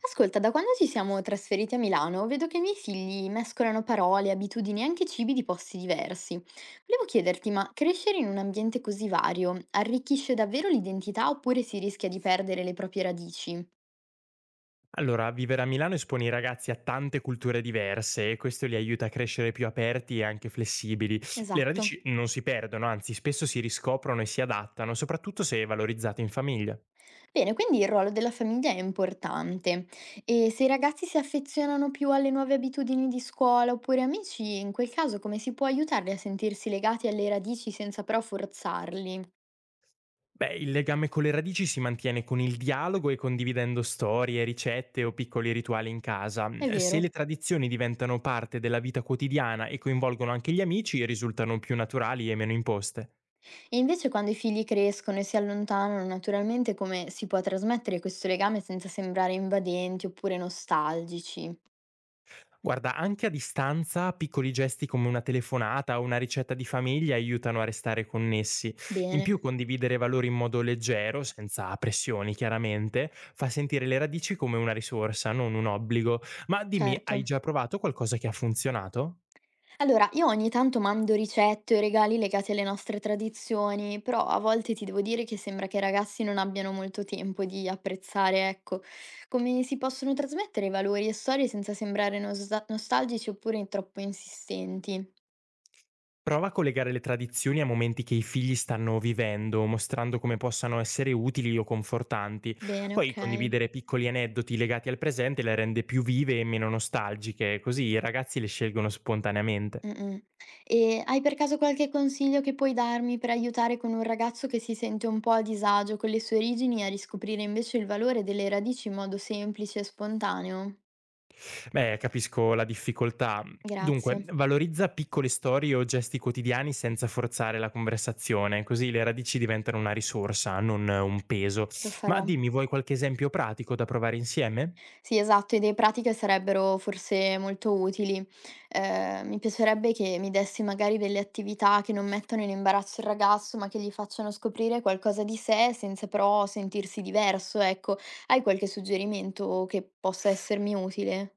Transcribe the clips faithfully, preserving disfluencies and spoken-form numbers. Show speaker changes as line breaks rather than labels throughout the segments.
Ascolta, da quando ci siamo trasferiti a Milano, vedo che i miei figli mescolano parole, abitudini e anche cibi di posti diversi. Volevo chiederti, ma crescere in un ambiente così vario arricchisce davvero l'identità oppure si rischia di perdere le proprie radici?
Allora, vivere a Milano espone i ragazzi a tante culture diverse e questo li aiuta a crescere più aperti e anche flessibili. Le
Esatto.
radici non si perdono, anzi spesso si riscoprono e si adattano, soprattutto se valorizzate in famiglia.
Bene, quindi il ruolo della famiglia è importante. E se i ragazzi si affezionano più alle nuove abitudini di scuola oppure amici, in quel caso come si può aiutarli a sentirsi legati alle radici senza però forzarli?
Beh, il legame con le radici si mantiene con il dialogo e condividendo storie, ricette o piccoli rituali in casa.
È
Se le
vero.
tradizioni diventano parte della vita quotidiana e coinvolgono anche gli amici, risultano più naturali e meno imposte.
E invece quando i figli crescono e si allontanano, naturalmente come si può trasmettere questo legame senza sembrare invadenti oppure nostalgici?
Guarda, anche a distanza, piccoli gesti come una telefonata o una ricetta di famiglia aiutano a restare connessi. In più,
Bene,
condividere valori in modo leggero, senza pressioni chiaramente, fa sentire le radici come una risorsa, non un obbligo. Ma dimmi, hai
certo.
già provato qualcosa che ha funzionato?
Allora, io ogni tanto mando ricette o regali legati alle nostre tradizioni, però a volte ti devo dire che sembra che i ragazzi non abbiano molto tempo di apprezzare, ecco, come si possono trasmettere valori e storie senza sembrare nosa- nostalgici oppure troppo insistenti.
Prova a collegare le tradizioni a momenti che i figli stanno vivendo, mostrando come possano essere utili o confortanti.
Bene,
Poi
ok.
condividere piccoli aneddoti legati al presente le rende più vive e meno nostalgiche, così i ragazzi le scelgono spontaneamente.
Mh-mh. E hai per caso qualche consiglio che puoi darmi per aiutare con un ragazzo che si sente un po' a disagio con le sue origini a riscoprire invece il valore delle radici in modo semplice e spontaneo?
Beh, capisco la difficoltà. Dunque,
Grazie,
valorizza piccole storie o gesti quotidiani senza forzare la conversazione, così le radici diventano una risorsa, non un peso.
lo
Ma
farò.
dimmi, vuoi qualche esempio pratico da provare insieme?
Sì, esatto, idee pratiche sarebbero forse molto utili. Ehm, mi piacerebbe che mi dessi magari delle attività che non mettano in imbarazzo il ragazzo, ma che gli facciano scoprire qualcosa di sé senza però sentirsi diverso, ecco. Hai qualche suggerimento che possa essermi utile?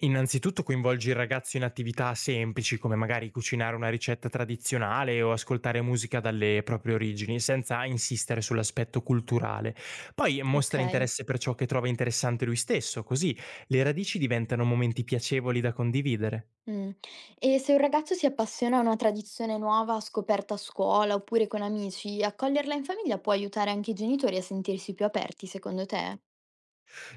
Innanzitutto coinvolgi il ragazzo in attività semplici come magari cucinare una ricetta tradizionale o ascoltare musica dalle proprie origini, senza insistere sull'aspetto culturale. Poi mostra
Okay,
interesse per ciò che trova interessante lui stesso, così le radici diventano momenti piacevoli da condividere.
mh. E se un ragazzo si appassiona a una tradizione nuova scoperta a scuola oppure con amici, accoglierla in famiglia può aiutare anche i genitori a sentirsi più aperti, secondo te?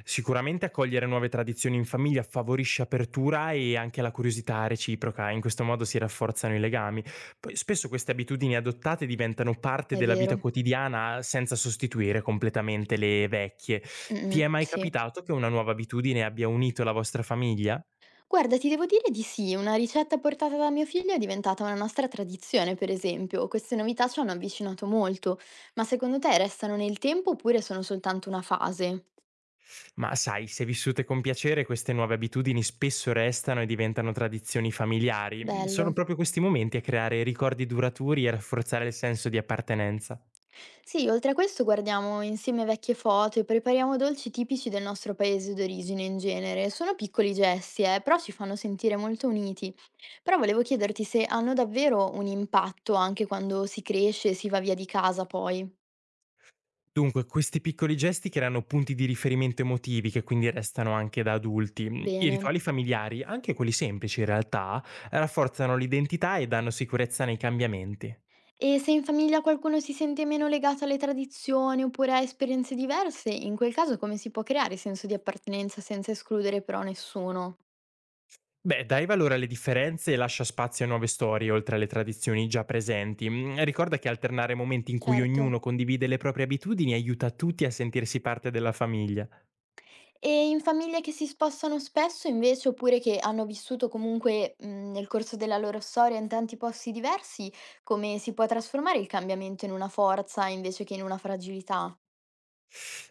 Sicuramente accogliere nuove tradizioni in famiglia favorisce apertura e anche la curiosità reciproca, in questo modo si rafforzano i legami. Poi spesso queste abitudini adottate diventano parte
È
della
vero.
vita quotidiana senza sostituire completamente le vecchie. Ti
Mh-mh,
è mai
sì.
capitato che una nuova abitudine abbia unito la vostra famiglia?
Guarda, ti devo dire di sì, una ricetta portata da mio figlio è diventata una nostra tradizione, per esempio. Queste novità ci hanno avvicinato molto, ma secondo te restano nel tempo oppure sono soltanto una fase?
Ma sai, se vissute con piacere, queste nuove abitudini spesso restano e diventano tradizioni familiari. Sono
Bello.
proprio questi momenti a creare ricordi duraturi e a rafforzare il senso di appartenenza.
Sì, oltre a questo guardiamo insieme vecchie foto e prepariamo dolci tipici del nostro paese d'origine in genere. Sono piccoli gesti, eh, però ci fanno sentire molto uniti. Però volevo chiederti se hanno davvero un impatto anche quando si cresce e si va via di casa poi.
Dunque, questi piccoli gesti creano punti di riferimento emotivi che quindi restano anche da adulti. I
Bene.
rituali familiari, anche quelli semplici in realtà, rafforzano l'identità e danno sicurezza nei cambiamenti.
E se in famiglia qualcuno si sente meno legato alle tradizioni oppure a esperienze diverse, in quel caso come si può creare senso di appartenenza senza escludere però nessuno?
Beh, dai valore alle differenze e lascia spazio a nuove storie oltre alle tradizioni già presenti. Mm, ricorda che alternare momenti in cui
Certo.
ognuno condivide le proprie abitudini aiuta tutti a sentirsi parte della famiglia.
E in famiglie che si spostano spesso invece, oppure che hanno vissuto comunque, mhmm, nel corso della loro storia in tanti posti diversi, come si può trasformare il cambiamento in una forza invece che in una fragilità?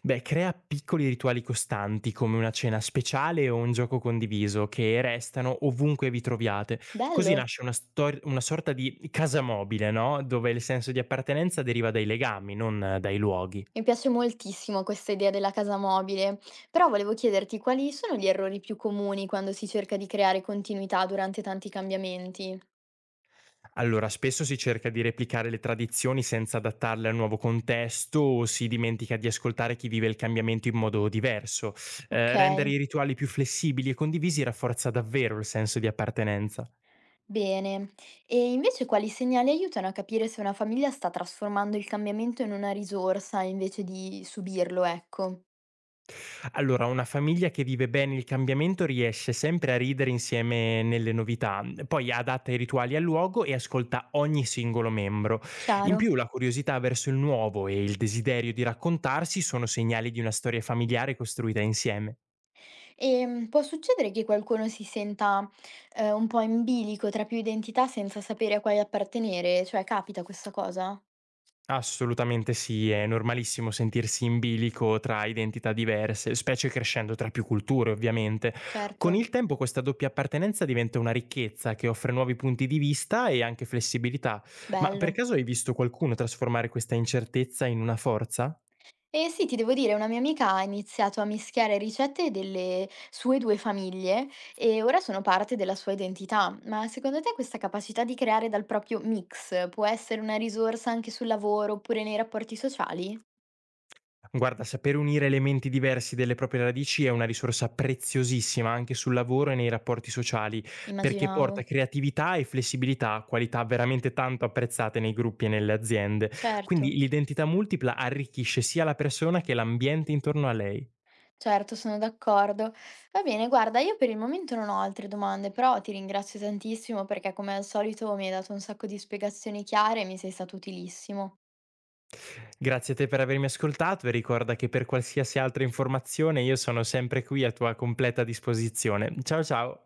Beh, crea piccoli rituali costanti come una cena speciale o un gioco condiviso che restano ovunque vi troviate. Così
Bello,
nasce una, stor- una sorta di casa mobile, no? Dove il senso di appartenenza deriva dai legami, non eh, dai luoghi.
mi piace moltissimo questa idea della casa mobile, però volevo chiederti quali sono gli errori più comuni quando si cerca di creare continuità durante tanti cambiamenti?
Allora, spesso si cerca di replicare le tradizioni senza adattarle al nuovo contesto o si dimentica di ascoltare chi vive il cambiamento in modo diverso. Eh, rendere
Okay.
i rituali più flessibili e condivisi rafforza davvero il senso di appartenenza.
Bene. E invece quali segnali aiutano a capire se una famiglia sta trasformando il cambiamento in una risorsa invece di subirlo, ecco.
Allora, una famiglia che vive bene il cambiamento riesce sempre a ridere insieme nelle novità, poi adatta i rituali al luogo e ascolta ogni singolo membro. In
Chiaro.
più, la curiosità verso il nuovo e il desiderio di raccontarsi sono segnali di una storia familiare costruita insieme.
E mm, può succedere che qualcuno si senta eh, un po' in bilico tra più identità senza sapere a quale appartenere? Cioè, capita questa cosa?
Assolutamente sì, è normalissimo sentirsi in bilico tra identità diverse, specie crescendo tra più culture ovviamente. Con
Certo.
il tempo questa doppia appartenenza diventa una ricchezza che offre nuovi punti di vista e anche flessibilità. Ma per
Bello.
caso hai visto qualcuno trasformare questa incertezza in una forza?
Eh sì, ti devo dire, una mia amica ha iniziato a mischiare ricette delle sue due famiglie e ora sono parte della sua identità. Ma secondo te questa capacità di creare dal proprio mix può essere una risorsa anche sul lavoro oppure nei rapporti sociali?
Guarda, saper unire elementi diversi delle proprie radici è una risorsa preziosissima anche sul lavoro e nei rapporti sociali, perché porta
Immaginavo.
creatività e flessibilità, qualità veramente tanto apprezzate nei gruppi e nelle aziende.
Certo,
Quindi l'identità multipla arricchisce sia la persona che l'ambiente intorno a lei.
certo, sono d'accordo. Va bene, guarda, io per il momento non ho altre domande, però ti ringrazio tantissimo perché come al solito mi hai dato un sacco di spiegazioni chiare e mi sei stato utilissimo.
Grazie a te per avermi ascoltato e ricorda che per qualsiasi altra informazione io sono sempre qui a tua completa disposizione. Ciao ciao!